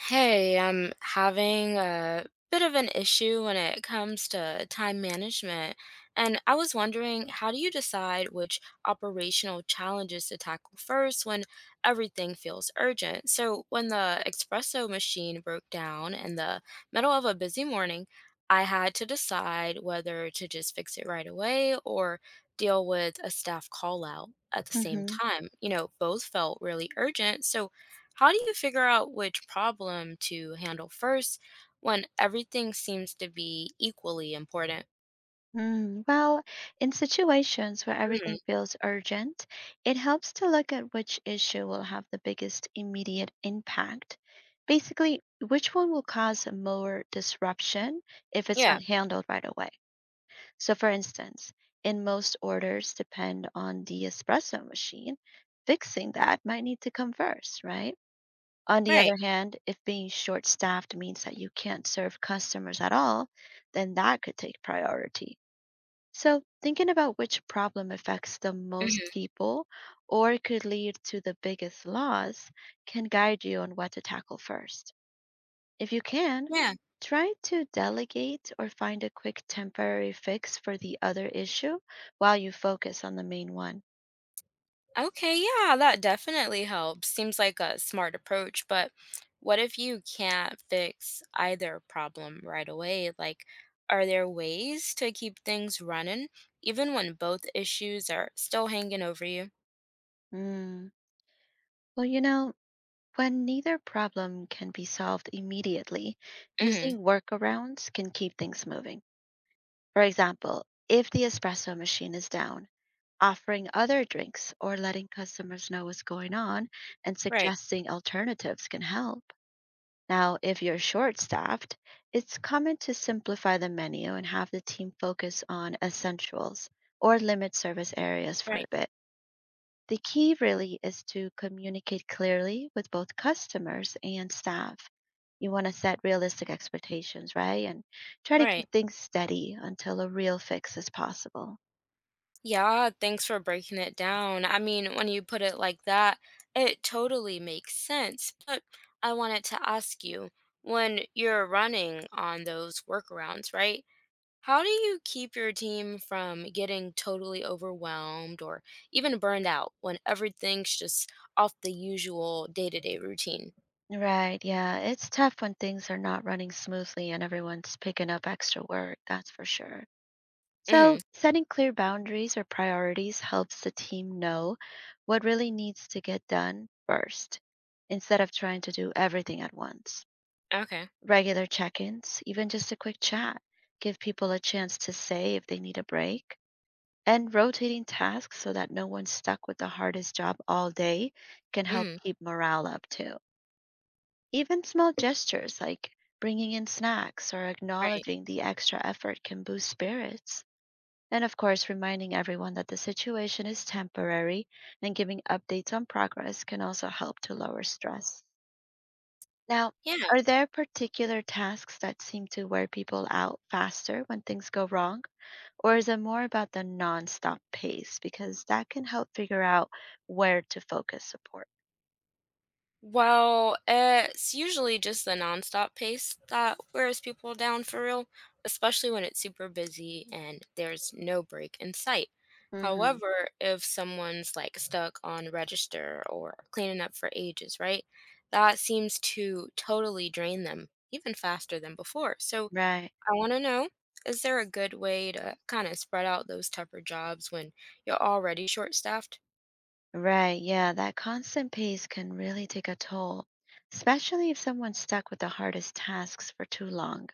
Hey, I'm having a bit of an issue when it comes to time management, and I was wondering, how do you decide which operational challenges to tackle first when everything feels urgent? So, when the espresso machine broke down in the middle of a busy morning, I had to decide whether to just fix it right away or deal with a staff call out at the same Mm-hmm. time. You know, both felt really urgent, so how do you figure out which problem to handle first when everything seems to be equally important? Mm. Well, in situations where Hmm. everything feels urgent, it helps to look at which issue will have the biggest immediate impact. Basically, which one will cause more disruption if it's Yeah, not handled right away. So, for instance, in most orders depend on the espresso machine, fixing that might need to come first, right? On the right. other hand, if being short staffed means that you can't serve customers at all, then that could take priority. So, thinking about which problem affects the most Hmm. people or could lead to the biggest loss can guide you on what to tackle first. If you can, Yeah. try to delegate or find a quick temporary fix for the other issue while you focus on the main one. Okay, yeah, that definitely helps. Seems like a smart approach, but what if you can't fix either problem right away? Like, are there ways to keep things running even when both issues are still hanging over you? Hmm. Well, you know, when neither problem can be solved immediately, Hmm. using workarounds can keep things moving. For example, if the espresso machine is down, offering other drinks or letting customers know what's going on and Right, suggesting alternatives can help. Now, if you're short staffed, it's common to simplify the menu and have the team focus on essentials or limit service areas for a right, bit. The key really is to communicate clearly with both customers and staff. You want to set realistic expectations, right? And try to keep right. things steady until a real fix is possible. Yeah, thanks for breaking it down. I mean, when you put it like that, it totally makes sense. But I wanted to ask you, when you're running on those workarounds, right? How do you keep your team from getting totally overwhelmed or even burned out when everything's just off the usual day-to-day routine? Right, yeah. It's tough when things are not running smoothly and everyone's picking up extra work, that's for sure. So, Mhm. setting clear boundaries or priorities helps the team know what really needs to get done first, instead of trying to do everything at once. Okay. Regular check ins, even just a quick chat, give people a chance to say if they need a break. And rotating tasks so that no one's stuck with the hardest job all day can help Mhm. keep morale up too. Even small gestures like bringing in snacks or Right. acknowledging the extra effort can boost spirits. And of course, reminding everyone that the situation is temporary and giving updates on progress can also help to lower stress. Now, Yeah. are there particular tasks that seem to wear people out faster when things go wrong? Or is it more about the nonstop pace? Because that can help figure out where to focus support. Well, it's usually just the nonstop pace that wears people down for real, especially when it's super busy and there's no break in sight. Hmm. However, if someone's like stuck on register or cleaning up for ages, right? That seems to totally drain them even faster than before. So Right. I want to know, is there a good way to kind of spread out those tougher jobs when you're already short-staffed? Right, yeah, that constant pace can really take a toll, especially if someone's stuck with the hardest tasks for too long.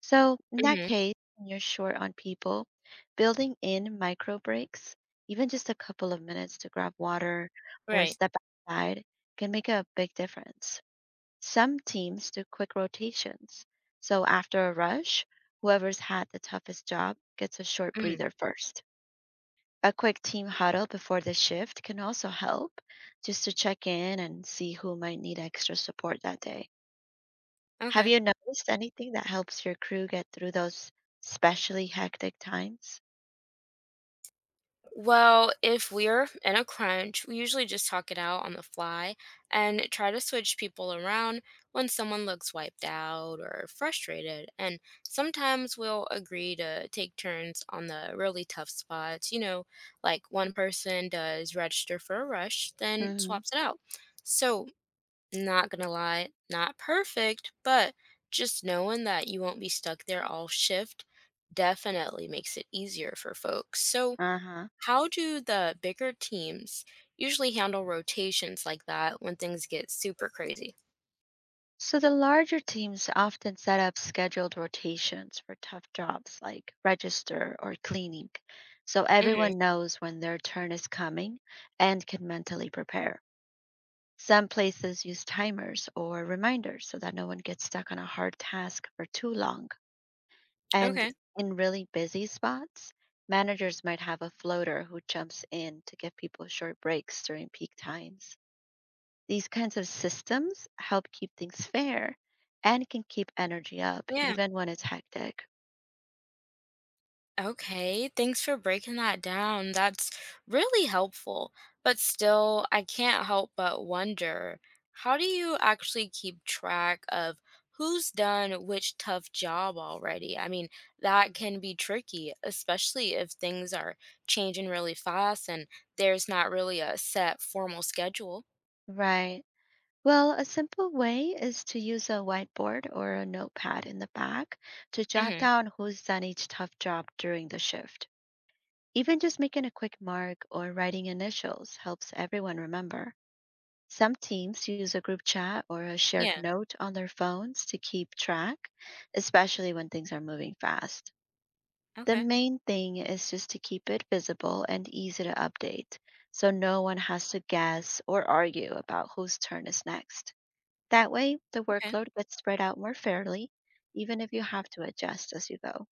So, in that Hmm. case, when you're short on people, building in micro breaks, even just a couple of minutes to grab water or Right. step outside, can make a big difference. Some teams do quick rotations. So, after a rush, whoever's had the toughest job gets a short Hmm. breather first. A quick team huddle before the shift can also help, just to check in and see who might need extra support that day. Have Okay. you noticed anything that helps your crew get through those especially hectic times? Well, if we're in a crunch, we usually just talk it out on the fly and try to switch people around when someone looks wiped out or frustrated. And sometimes we'll agree to take turns on the really tough spots. You know, like one person does register for a rush, then Hmm. swaps it out. So, not gonna lie, not perfect, but just knowing that you won't be stuck there all shift definitely makes it easier for folks. So, Uh-huh. how do the bigger teams usually handle rotations like that when things get super crazy? So the larger teams often set up scheduled rotations for tough jobs like register or cleaning, so Hmm. everyone knows when their turn is coming and can mentally prepare. Some places use timers or reminders so that no one gets stuck on a hard task for too long. And Okay. in really busy spots, managers might have a floater who jumps in to give people short breaks during peak times. These kinds of systems help keep things fair and can keep energy up Yeah. even when it's hectic. Okay. Thanks for breaking that down. That's really helpful. But still, I can't help but wonder how do you actually keep track of who's done which tough job already? I mean, that can be tricky, especially if things are changing really fast and there's not really a set formal schedule. Right. Well, a simple way is to use a whiteboard or a notepad in the back to jot Hmm. down who's done each tough job during the shift. Even just making a quick mark or writing initials helps everyone remember. Some teams use a group chat or a shared Yeah. note on their phones to keep track, especially when things are moving fast. The Okay. main thing is just to keep it visible and easy to update, so no one has to guess or argue about whose turn is next. That way, the Okay. workload gets spread out more fairly, even if you have to adjust as you go.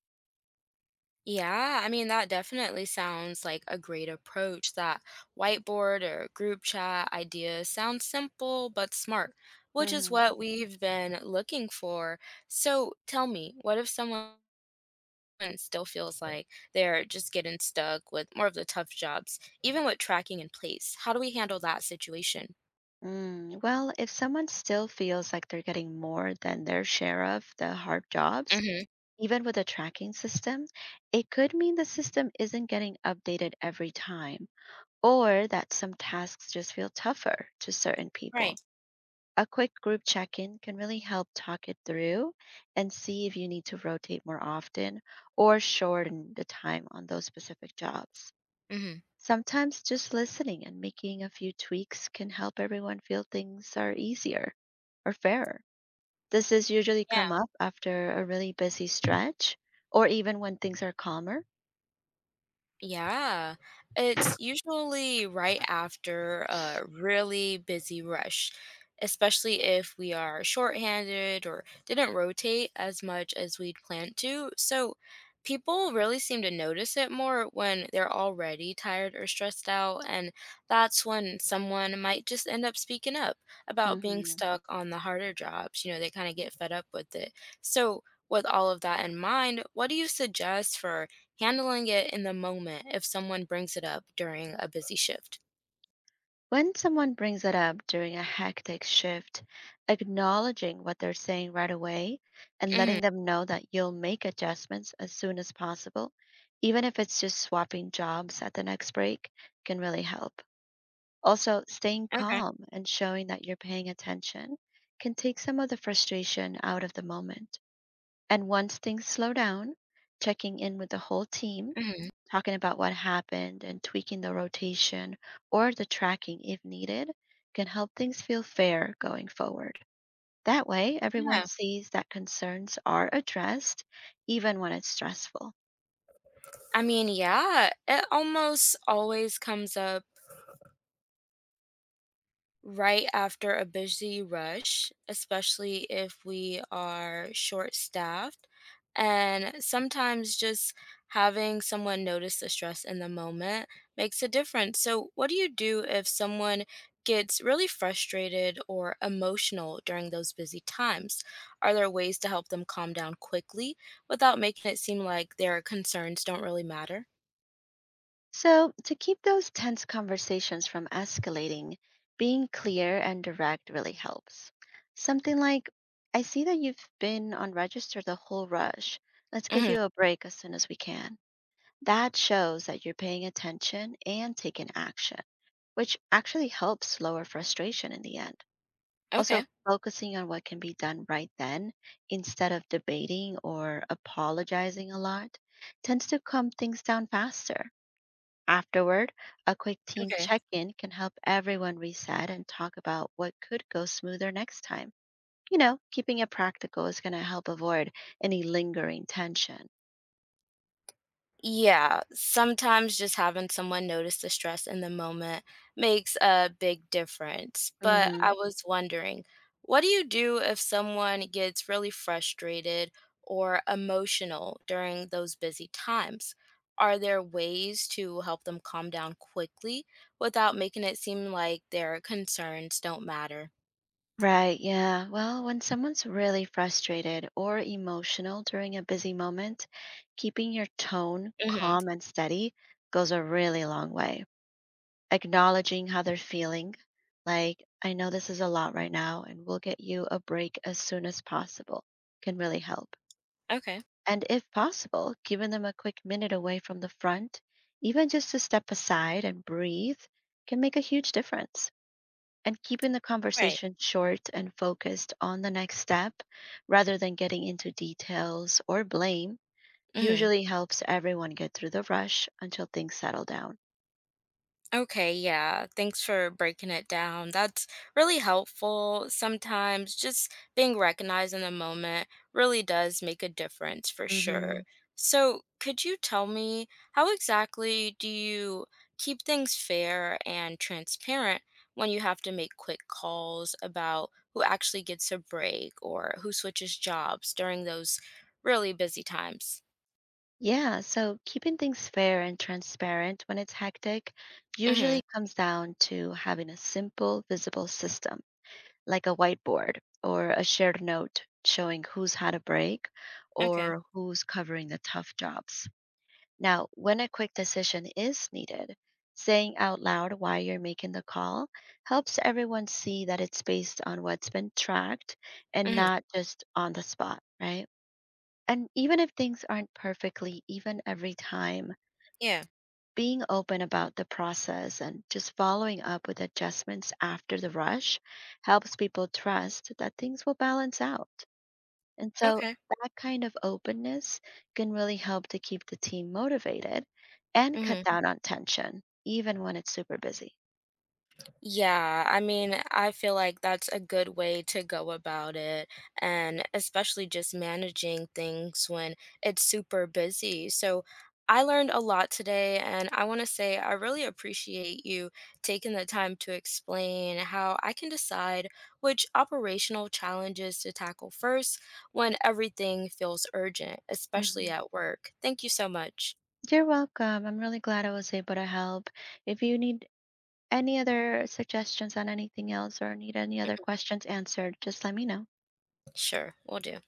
Yeah, I mean, that definitely sounds like a great approach. That whiteboard or group chat idea sounds simple but smart, which is Mhm. what we've been looking for. So tell me, what if someone still feels like they're just getting stuck with more of the tough jobs, even with tracking in place? How do we handle that situation? Mm, well, if someone still feels like they're getting more than their share of the hard jobs, Mm-hmm. even with a tracking system, it could mean the system isn't getting updated every time, or that some tasks just feel tougher to certain people. Right. A quick group check in can really help talk it through and see if you need to rotate more often or shorten the time on those specific jobs. Mm-hmm. Sometimes just listening and making a few tweaks can help everyone feel things are easier or fairer. Does this usually come up after a really busy stretch or even when things are calmer? Yeah, it's usually right after a really busy rush, especially if we are shorthanded or didn't rotate as much as we'd planned to. So people really seem to notice it more when they're already tired or stressed out, and that's when someone might just end up speaking up about being Mhm. stuck on the harder jobs. You know, they kind of get fed up with it. So with all of that in mind, what do you suggest for handling it in the moment if someone brings it up during a busy shift? When someone brings it up during a hectic shift, acknowledging what they're saying right away and letting Mhm. them know that you'll make adjustments as soon as possible, even if it's just swapping jobs at the next break, can really help. Also, staying Okay. calm and showing that you're paying attention can take some of the frustration out of the moment. And once things slow down, checking in with the whole team Mhm. talking about what happened and tweaking the rotation or the tracking if needed can help things feel fair going forward. That way, everyone Yeah. sees that concerns are addressed, even when it's stressful. I mean, yeah, it almost always comes up right after a busy rush, especially if we are short staffed. And sometimes just having someone notice the stress in the moment makes a difference. So, what do you do if someone gets really frustrated or emotional during those busy times? Are there ways to help them calm down quickly without making it seem like their concerns don't really matter? So, to keep those tense conversations from escalating, being clear and direct really helps. Something like, I see that you've been on register the whole rush. Let's get Hmm. you a break as soon as we can. That shows that you're paying attention and taking action, which actually helps lower frustration in the end. Also, Okay. focusing on what can be done right then instead of debating or apologizing a lot tends to calm things down faster. Afterward, a quick team Okay. check in can help everyone reset and talk about what could go smoother next time. You know, keeping it practical is going to help avoid any lingering tension. Yeah, sometimes just having someone notice the stress in the moment makes a big difference. But I Hmm. was wondering, what do you do if someone gets really frustrated or emotional during those busy times? Are there ways to help them calm down quickly without making it seem like their concerns don't matter? Right, yeah. Well, when someone's really frustrated or emotional during a busy moment, keeping your tone Hmm. calm and steady goes a really long way. Acknowledging how they're feeling, like, I know this is a lot right now, and we'll get you a break as soon as possible, can really help. Okay, And if possible, giving them a quick minute away from the front, even just to step aside and breathe, can make a huge difference and keeping the right. conversation short and focused on the next step rather than getting into details or blame Hmm. usually helps everyone get through the rush until things settle down. Okay, yeah. Thanks for breaking it down. That's really helpful. Sometimes just being recognized in the moment really does make a difference for Hmm. sure. So, could you tell me how exactly do you keep things fair and transparent when you have to make quick calls about who actually gets a break or who switches jobs during those really busy times? Yeah, so keeping things fair and transparent when it's hectic usually Mhm. comes down to having a simple, visible system like a whiteboard or a shared note showing who's had a break Okay. or who's covering the tough jobs. Now, when a quick decision is needed, saying out loud why you're making the call helps everyone see that it's based on what's been tracked and Mhm. not just on the spot, right? And even if things aren't perfectly even every time, Yeah. being open about the process and just following up with adjustments after the rush helps people trust that things will balance out. And so Okay. that kind of openness can really help to keep the team motivated and cut Mhm. down on tension, even when it's super busy. Yeah, I mean, I feel like that's a good way to go about it, and especially just managing things when it's super busy. So I learned a lot today, and I want to say I really appreciate you taking the time to explain how I can decide which operational challenges to tackle first when everything feels urgent, especially Hmm. at work. Thank you so much. You're welcome. I'm really glad I was able to help. If you need any other suggestions on anything else or need any other Mhm. questions answered, just let me know. Sure, we'll do.